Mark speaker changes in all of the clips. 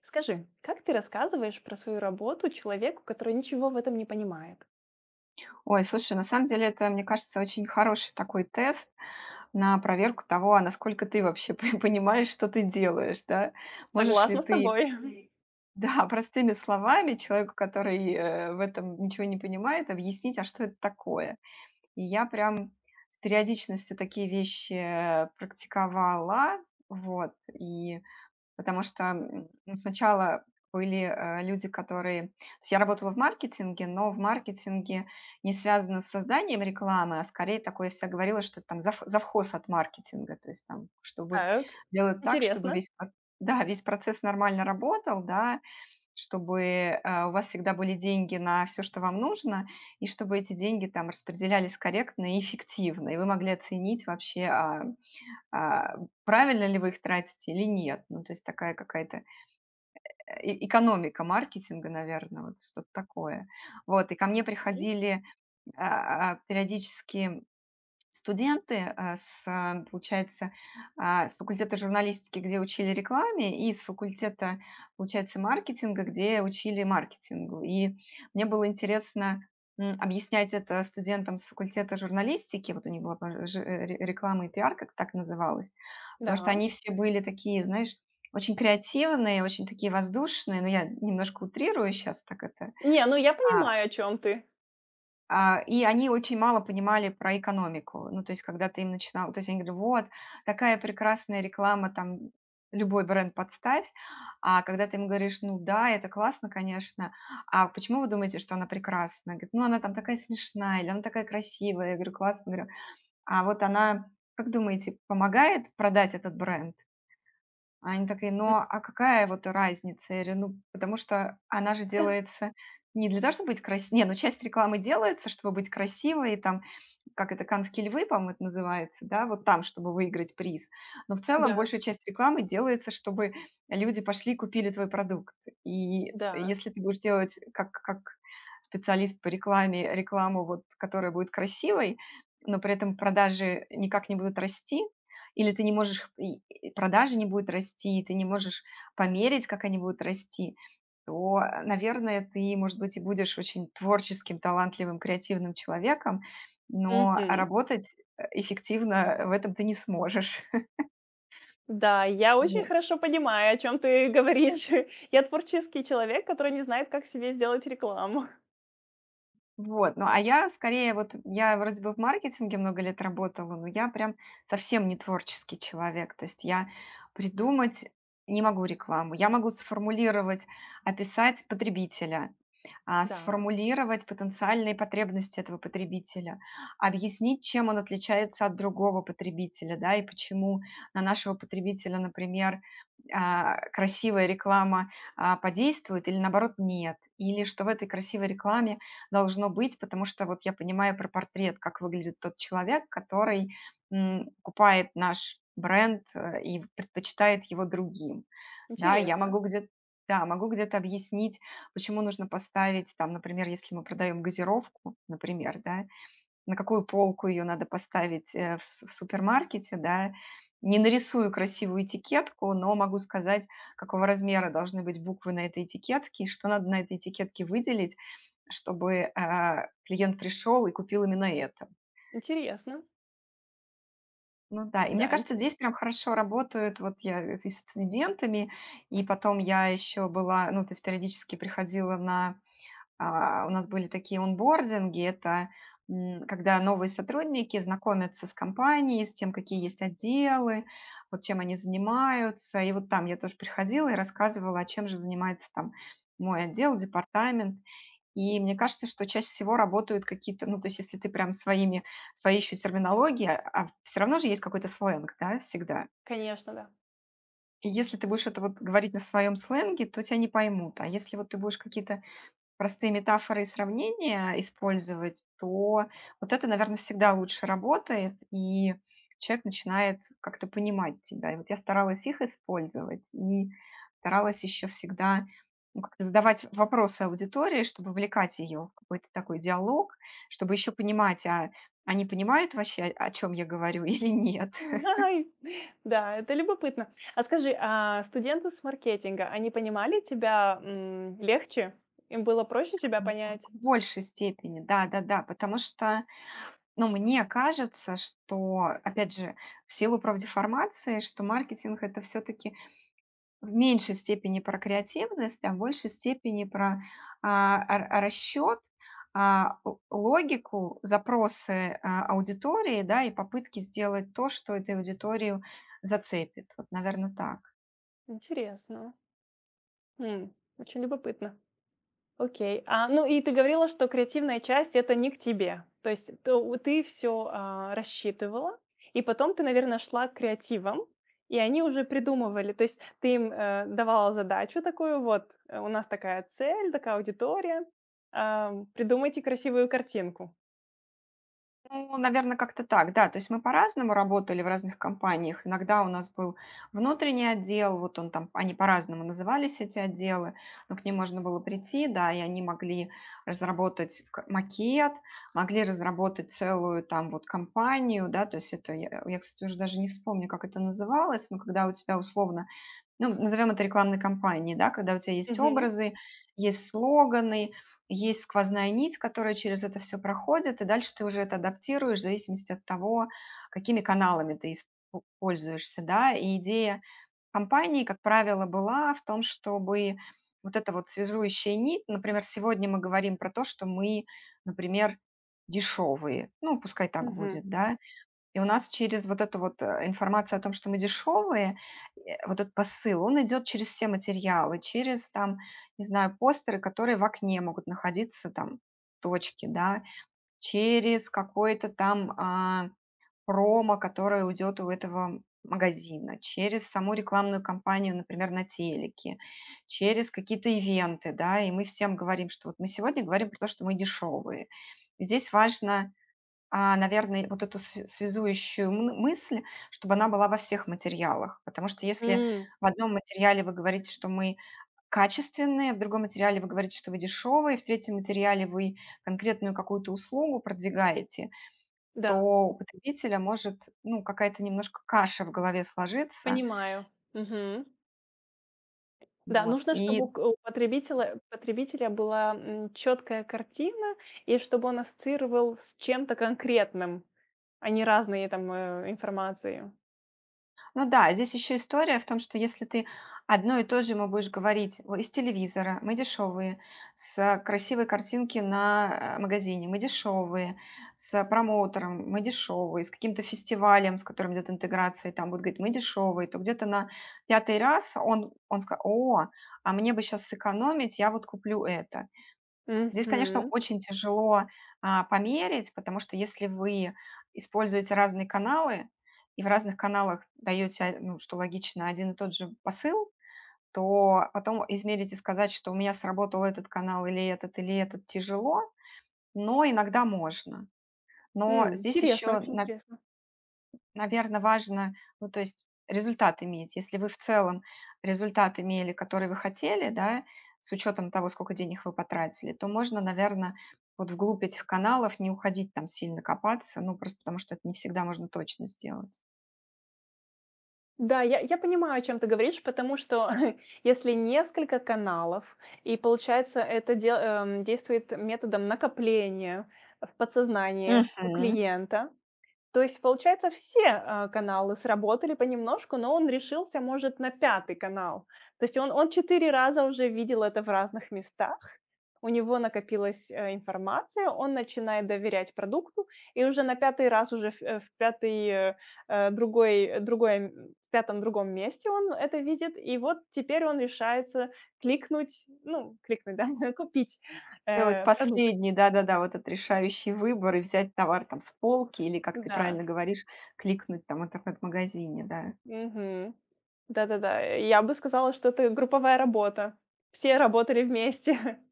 Speaker 1: Скажи, как ты рассказываешь про свою работу человеку, который ничего в этом не понимает?
Speaker 2: Ой, слушай, на самом деле это, мне кажется, очень хороший такой тест на проверку того, а насколько ты вообще понимаешь, что ты делаешь, да? Можешь ли
Speaker 1: Согласна с
Speaker 2: ты,
Speaker 1: тобой.
Speaker 2: да, простыми словами человеку, который в этом ничего не понимает, объяснить, а что это такое? И я прям с периодичностью такие вещи практиковала, вот, и потому что, ну, сначала были, люди, которые то есть я работала в маркетинге, но в маркетинге не связано с созданием рекламы, а скорее такое вся говорила, что там завхоз от маркетинга. То есть там, чтобы
Speaker 1: Так,
Speaker 2: делать так, чтобы
Speaker 1: интересно.
Speaker 2: весь про да, весь процесс нормально работал, да, чтобы, у вас всегда были деньги на все, что вам нужно, и чтобы эти деньги там распределялись корректно и эффективно, и вы могли оценить вообще, а, правильно ли вы их тратите или нет? Ну, то есть такая какая-то, и экономика маркетинга, наверное, вот что-то такое. Вот, и ко мне
Speaker 1: Мгм.
Speaker 2: приходили, периодически студенты, получается, с факультета журналистики, где учили рекламе, и с факультета, получается, маркетинга, где учили маркетингу. И мне было интересно, объяснять это студентам с факультета журналистики. Вот у них была по жи э, ре реклама и пиар, как так называлось. Потому что
Speaker 1: Да.
Speaker 2: они все были такие, знаешь, очень креативные, очень такие воздушные. Но я немножко утрирую сейчас так это.
Speaker 1: Не, ну я
Speaker 2: А
Speaker 1: понимаю, о чем ты.
Speaker 2: и они очень мало понимали про экономику. Ну, то есть, когда ты им начинал, то есть они говорят, вот, такая прекрасная реклама, там, любой бренд подставь, а когда ты им говоришь, ну да, это классно, конечно, а почему вы думаете, что она прекрасна? Говорит, ну она там такая смешная, или она такая красивая. Я говорю, классно, говорю, а вот она, как думаете, помогает продать этот бренд? А они такие: «Ну,
Speaker 1: М,
Speaker 2: а какая вот разница?» Я говорю: «Ну, потому что она же делается не для того, чтобы быть крас». Не, ну, часть рекламы делается, чтобы быть красивой, и там, как это, канские львы, по-моему, это называется, да, вот там, чтобы выиграть приз. Но в целом
Speaker 1: Да,
Speaker 2: большая часть рекламы делается, чтобы люди пошли и купили твой продукт. И
Speaker 1: да.
Speaker 2: если ты будешь делать как специалист по рекламе рекламу, вот, которая будет красивой, но при этом продажи никак не будут расти, или ты не можешь и продажи не будут расти, и ты не можешь померить, как они будут расти, то, наверное, ты, может быть, и будешь очень творческим, талантливым, креативным человеком, но
Speaker 1: Мгм.
Speaker 2: работать эффективно в этом ты не сможешь.
Speaker 1: Да, я очень
Speaker 2: Вот.
Speaker 1: хорошо понимаю, о чем ты говоришь. Я творческий человек, который не знает, как себе сделать рекламу.
Speaker 2: Вот. Ну, а я скорее, вот я вроде бы в маркетинге много лет работала, но я прям совсем не творческий человек. То есть я придумать не могу рекламу. Я могу сформулировать, описать потребителя,
Speaker 1: Да,
Speaker 2: сформулировать потенциальные потребности этого потребителя, объяснить, чем он отличается от другого потребителя, да, и почему на нашего потребителя, например, красивая реклама подействует или наоборот нет, или что в этой красивой рекламе должно быть, потому что вот я понимаю про портрет, как выглядит тот человек, который покупает наш бренд и предпочитает его другим. Да, я
Speaker 1: интересно,
Speaker 2: могу где-то, да, могу где-то объяснить, почему нужно поставить, там, например, если мы продаем газировку, например, да, на какую полку ее надо поставить, в супермаркете, да, не нарисую красивую этикетку, но могу сказать, какого размера должны быть буквы на этой этикетке, и что надо на этой этикетке выделить, чтобы клиент пришел и купил именно это.
Speaker 1: интересно.
Speaker 2: Ну да, и
Speaker 1: Да,
Speaker 2: мне кажется,
Speaker 1: инте-
Speaker 2: здесь прям хорошо работают, вот я, и с студентами, и потом я еще была, ну, то есть периодически приходила на. У нас были такие онбординги. Это, когда новые сотрудники знакомятся с компанией, с тем, какие есть отделы, вот чем они занимаются. И вот там я тоже приходила и рассказывала, а чем же занимается там мой отдел, департамент. И мне кажется, что чаще всего работают какие-то, ну, то есть если ты прям своими, своей еще терминологией, а все равно же есть какой-то сленг, да, всегда.
Speaker 1: конечно, да.
Speaker 2: И если ты будешь это вот говорить на своем сленге, то тебя не поймут. А если вот ты будешь какие-то простые метафоры и сравнения использовать, то вот это, наверное, всегда лучше работает, и человек начинает как-то понимать тебя. И вот я старалась их использовать и старалась еще всегда, ну, как-то задавать вопросы аудитории, чтобы вовлекать ее в какой-то такой диалог, чтобы еще понимать, а они понимают вообще, о чем я говорю или нет?
Speaker 1: Ай, да, это любопытно. А скажи, а студенты с маркетинга, они понимали тебя, легче? Им было проще тебя
Speaker 2: В
Speaker 1: понять?
Speaker 2: большей степени, да-да-да, потому что. Но мне кажется, что, опять же, в силу правдеформации, что маркетинг это все-таки в меньшей степени про креативность, а в большей степени про расчет, логику, запросы аудитории, да, и попытки сделать то, что этой аудиторию зацепит. Вот, наверное, так.
Speaker 1: Интересно. Очень любопытно. Окей. А, ну и ты говорила, что креативная часть — это не к тебе. То есть то у ты все рассчитывала, и потом ты, наверное, шла к креативам, и они уже придумывали. То есть ты им, давала задачу такую: "Вот, у нас такая цель, такая аудитория, ам, придумайте красивую картинку".
Speaker 2: Ну, наверно, как-то так, да. То есть мы по-разному работали в разных компаниях. Иногда у нас был внутренний отдел, вот он там, они по-разному назывались, эти отделы, но к ним можно было прийти, да, и они могли разработать к макет, могли разработать целую там вот компанию, да. То есть это я, кстати, уже даже не вспомню, как это называлось, но когда у тебя условно, ну, назовем это рекламной кампанией, да, когда у тебя есть
Speaker 1: Мгм.
Speaker 2: образы, есть слоганы, есть сквозная нить, которая через это все проходит, и дальше ты уже это адаптируешь в зависимости от того, какими каналами ты исп пользуешься, да. И идея компании, как правило, была в том, чтобы вот эта вот связующая нить, например, сегодня мы говорим про то, что мы, например, дешевые, ну, пускай так
Speaker 1: Мгм.
Speaker 2: будет, да. И у нас через вот эту вот, информацию о том, что мы дешевые, э, вот этот посыл, он идет через все материалы, через там, не знаю, постеры, которые в окне могут находиться, там, точки, да, через какой-то там, промо, которое уйдет у этого магазина, через саму рекламную кампанию, например, на телеке, через какие-то ивенты, да, и мы всем говорим, что вот мы сегодня говорим про то, что мы дешевые. Здесь важно, наверное, вот эту св связующую мы мысль, чтобы она была во всех материалах. Потому что если
Speaker 1: М,
Speaker 2: в одном материале вы говорите, что мы качественные, в другом материале вы говорите, что вы дешевые, в третьем материале вы конкретную какую-то услугу продвигаете, то
Speaker 1: да,
Speaker 2: у потребителя может, ну, какая-то немножко каша в голове сложиться.
Speaker 1: понимаю. Мгм. Да,
Speaker 2: Вот.
Speaker 1: нужно, чтобы у к у потребителя потребителя была, чёткая картина, и чтобы он ассоциировал с чем-то конкретным, а не разные там, информации.
Speaker 2: Ну да, здесь еще история в том, что если ты одно и то же ему будешь говорить: «О, из телевизора мы дешевые, с красивой картинки на, магазине мы дешевые, с промоутером мы дешевые, с каким-то фестивалем, с которым идет интеграция, и там будут говорить мы дешевые», то где-то на пятый раз он скажет: «О, а мне бы сейчас сэкономить, я вот куплю это». Здесь, конечно,
Speaker 1: Мгм.
Speaker 2: очень тяжело, померить, потому что если вы используете разные каналы и в разных каналах даете, ну, что логично, один и тот же посыл, то потом измерить и сказать, что у меня сработал этот канал или этот, тяжело, но иногда можно. Но здесь
Speaker 1: Интересно,
Speaker 2: еще,
Speaker 1: очень интересно.
Speaker 2: наверное, важно, ну, то есть результат иметь. Если вы в целом результат имели, который вы хотели, да, с учетом того, сколько денег вы потратили, то можно, наверное, вот вглубь этих каналов не уходить там сильно копаться, ну, просто потому что это не всегда можно точно сделать.
Speaker 1: Да, я понимаю, о чем ты говоришь, потому что если несколько каналов, и получается, это дел действует методом накопления в подсознании у
Speaker 2: Мгм.
Speaker 1: клиента. То есть, получается, все, каналы сработали понемножку, но он решился, может, на пятый канал. То есть он 4 раза уже видел это в разных местах, у него накопилась, информация, он начинает доверять продукту, и уже на пятый раз, уже в, э, в 5, э, э, другой, м, в пятом другом месте он это видит, и вот теперь он решается кликнуть, ну, кликнуть, да, купить,
Speaker 2: Сделать
Speaker 1: продукт.
Speaker 2: последний, да-да-да, вот этот решающий выбор и взять товар там с полки или, как ты
Speaker 1: Да.
Speaker 2: правильно говоришь, кликнуть там в интернет-магазине, да.
Speaker 1: Мгм. Да-да-да. Я бы сказала, что это групповая работа. Все работали вместе.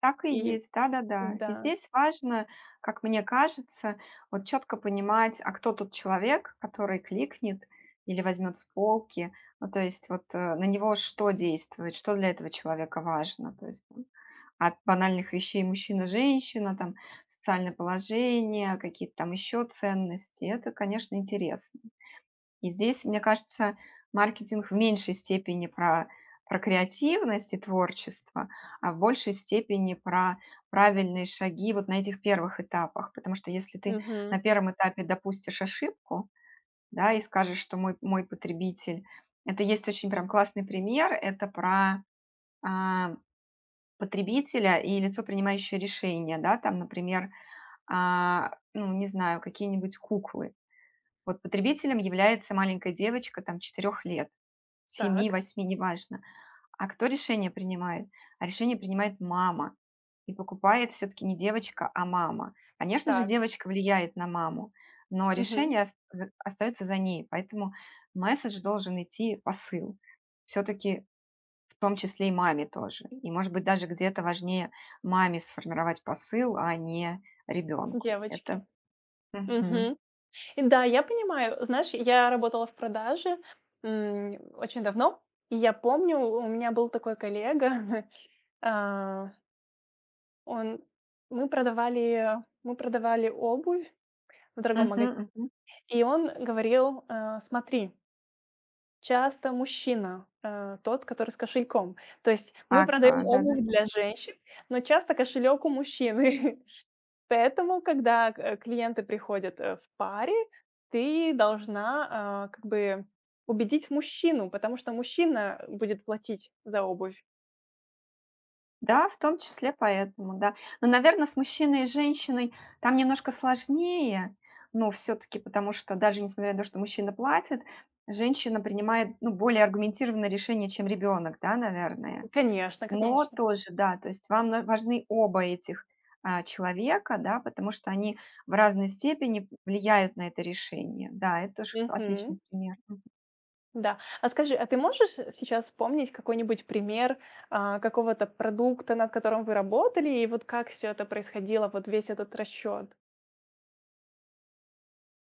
Speaker 2: Так и
Speaker 1: И
Speaker 2: есть, да-да-да.
Speaker 1: да.
Speaker 2: И здесь важно, как мне кажется, вот четко понимать, а кто тот человек, который кликнет или возьмет с полки. Ну, то есть вот, на него что действует, что для этого человека важно. То есть там, от банальных вещей мужчина-женщина, там социальное положение, какие-то там еще ценности. Это, конечно, интересно. И здесь, мне кажется, маркетинг в меньшей степени про креативность и творчество, а в большей степени про правильные шаги вот на этих первых этапах. Потому что если ты
Speaker 1: Мгм.
Speaker 2: на первом этапе допустишь ошибку, да, и скажешь, что мой потребитель... Это есть очень прям классный пример, это про, а, потребителя и лицо, принимающее решение, да, там, например, ну, не знаю, какие-нибудь куклы. Вот потребителем является маленькая девочка, там, 4 лет.
Speaker 1: Так,
Speaker 2: 7-8, неважно. А кто решение принимает? А решение принимает мама. И покупает все-таки не девочка, а мама. Конечно же,
Speaker 1: так.
Speaker 2: девочка влияет на маму, но
Speaker 1: Мгм.
Speaker 2: решение остается за ней. Поэтому месседж должен идти посыл. Все-таки в том числе и маме тоже. И, может быть, даже где-то важнее маме сформировать посыл, а не ребенку.
Speaker 1: Девочки.
Speaker 2: Это... Мгм.
Speaker 1: Мгм. И да, я понимаю. Знаешь, я работала в продаже, очень давно. И я помню, у меня был такой коллега, а, он мы продавали мы продавали обувь в дорогом
Speaker 2: Мгм,
Speaker 1: магазине,
Speaker 2: мгм.
Speaker 1: и он говорил, "Смотри". Часто мужчина, тот, который с кошельком. То есть мы
Speaker 2: Ага,
Speaker 1: продаем обувь
Speaker 2: да-да-да.
Speaker 1: для женщин, но часто кошелек у мужчины. Поэтому, когда, клиенты приходят, в паре, ты должна, как бы убедить мужчину, потому что мужчина будет платить за обувь.
Speaker 2: Да, в том числе поэтому, да. Но, наверное, с мужчиной и женщиной там немножко сложнее, но все таки потому что даже несмотря на то, что мужчина платит, женщина принимает, ну, более аргументированное решение, чем ребенок, да, наверное.
Speaker 1: Конечно,
Speaker 2: Но
Speaker 1: конечно.
Speaker 2: тоже, да, то есть вам на важны оба этих, человека, да, потому что они в разной степени влияют на это решение. Да, это тоже
Speaker 1: Мгм.
Speaker 2: отличный пример.
Speaker 1: Да. А скажи, а ты можешь сейчас вспомнить какой-нибудь пример, какого-то продукта, над которым вы работали, и вот как все это происходило, вот весь этот расчет.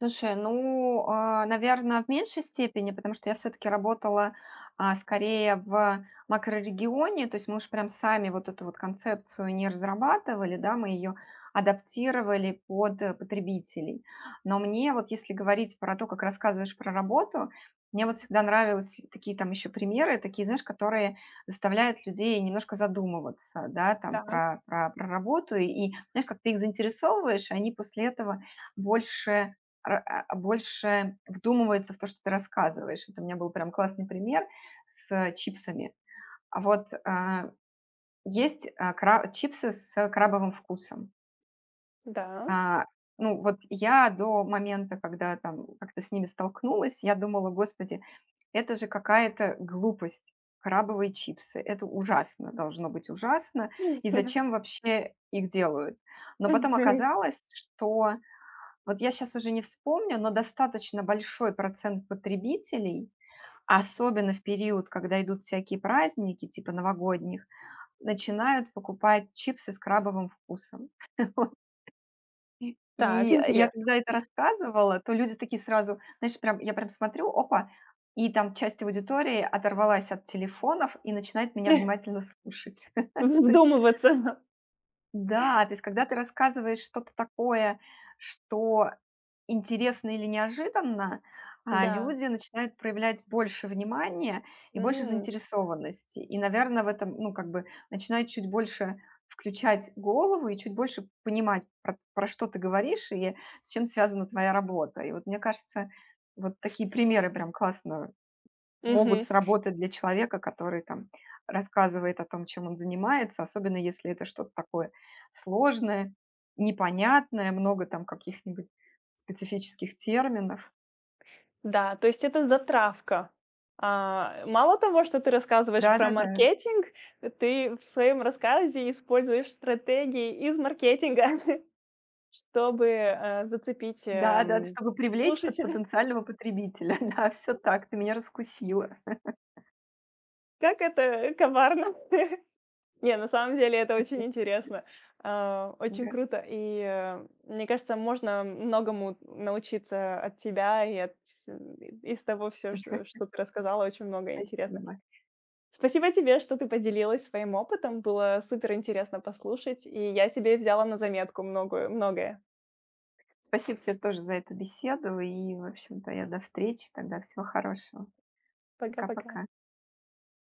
Speaker 2: Слушай, ну, наверное, в меньшей степени, потому что я все таки работала, скорее в макрорегионе. То есть мы уж прям сами вот эту вот концепцию не разрабатывали, да, мы ее адаптировали под, потребителей. Но мне вот, если говорить про то, как рассказываешь про работу, мне вот всегда нравились такие там еще примеры, такие, знаешь, которые заставляют людей немножко задумываться, да, там
Speaker 1: Так,
Speaker 2: про работу. И, знаешь, как ты их заинтересовываешь, и они после этого больше, ра а больше вдумывается в то, что ты рассказываешь. Это у меня был прям классный пример с чипсами. А вот, есть, а, кра чипсы с крабовым вкусом.
Speaker 1: да.
Speaker 2: А, ну, вот я до момента, когда там как-то с ними столкнулась, я думала: «Господи, это же какая-то глупость. Крабовые чипсы. Это ужасно, должно быть ужасно. И зачем вообще их делают?» Но потом оказалось, что вот я сейчас уже не вспомню, но достаточно большой процент потребителей, особенно в период, когда идут всякие праздники типа новогодних, начинают покупать чипсы с крабовым вкусом. Вот. И
Speaker 1: Так,
Speaker 2: я
Speaker 1: интересно.
Speaker 2: когда это рассказывала, то люди такие сразу, знаешь, прям я прям смотрю, опа, и там часть аудитории оторвалась от телефонов и начинает меня внимательно слушать. То есть,
Speaker 1: Вдумываться.
Speaker 2: да, то есть, когда ты рассказываешь что-то такое, что интересно или неожиданно,
Speaker 1: Да.
Speaker 2: люди начинают проявлять больше внимания и больше
Speaker 1: М.
Speaker 2: заинтересованности. И, наверное, в этом, ну, как бы начинают чуть больше включать голову и чуть больше понимать, про что ты говоришь и с чем связана твоя работа. И вот мне кажется, вот такие примеры прям классно могут
Speaker 1: Мгм.
Speaker 2: сработать для человека, который там рассказывает о том, чем он занимается, особенно если это что-то такое сложное, непонятное, много там каких-нибудь специфических терминов.
Speaker 1: Да, то есть это затравка. А, мало того, что ты рассказываешь про
Speaker 2: Да-да-да.
Speaker 1: маркетинг, ты в своем рассказе используешь стратегии из маркетинга. Чтобы, зацепить,
Speaker 2: Да-да, чтобы привлечь
Speaker 1: слушателя.
Speaker 2: потенциального потребителя. Да, все так, ты меня раскусила.
Speaker 1: Как это коварно. Не, на самом деле это очень интересно, очень
Speaker 2: Да.
Speaker 1: круто. И, мне кажется, можно многому научиться от тебя и от вс из того всё, что что ты рассказала, очень много интересно.
Speaker 2: Спасибо.
Speaker 1: Спасибо тебе, что ты поделилась своим опытом. Было супер интересно послушать, и я себе взяла на заметку многое.
Speaker 2: Спасибо тебе тоже за эту беседу. И, в общем-то, я до встречи тогда. Всего хорошего.
Speaker 1: Пока-пока.
Speaker 2: Пока-пока.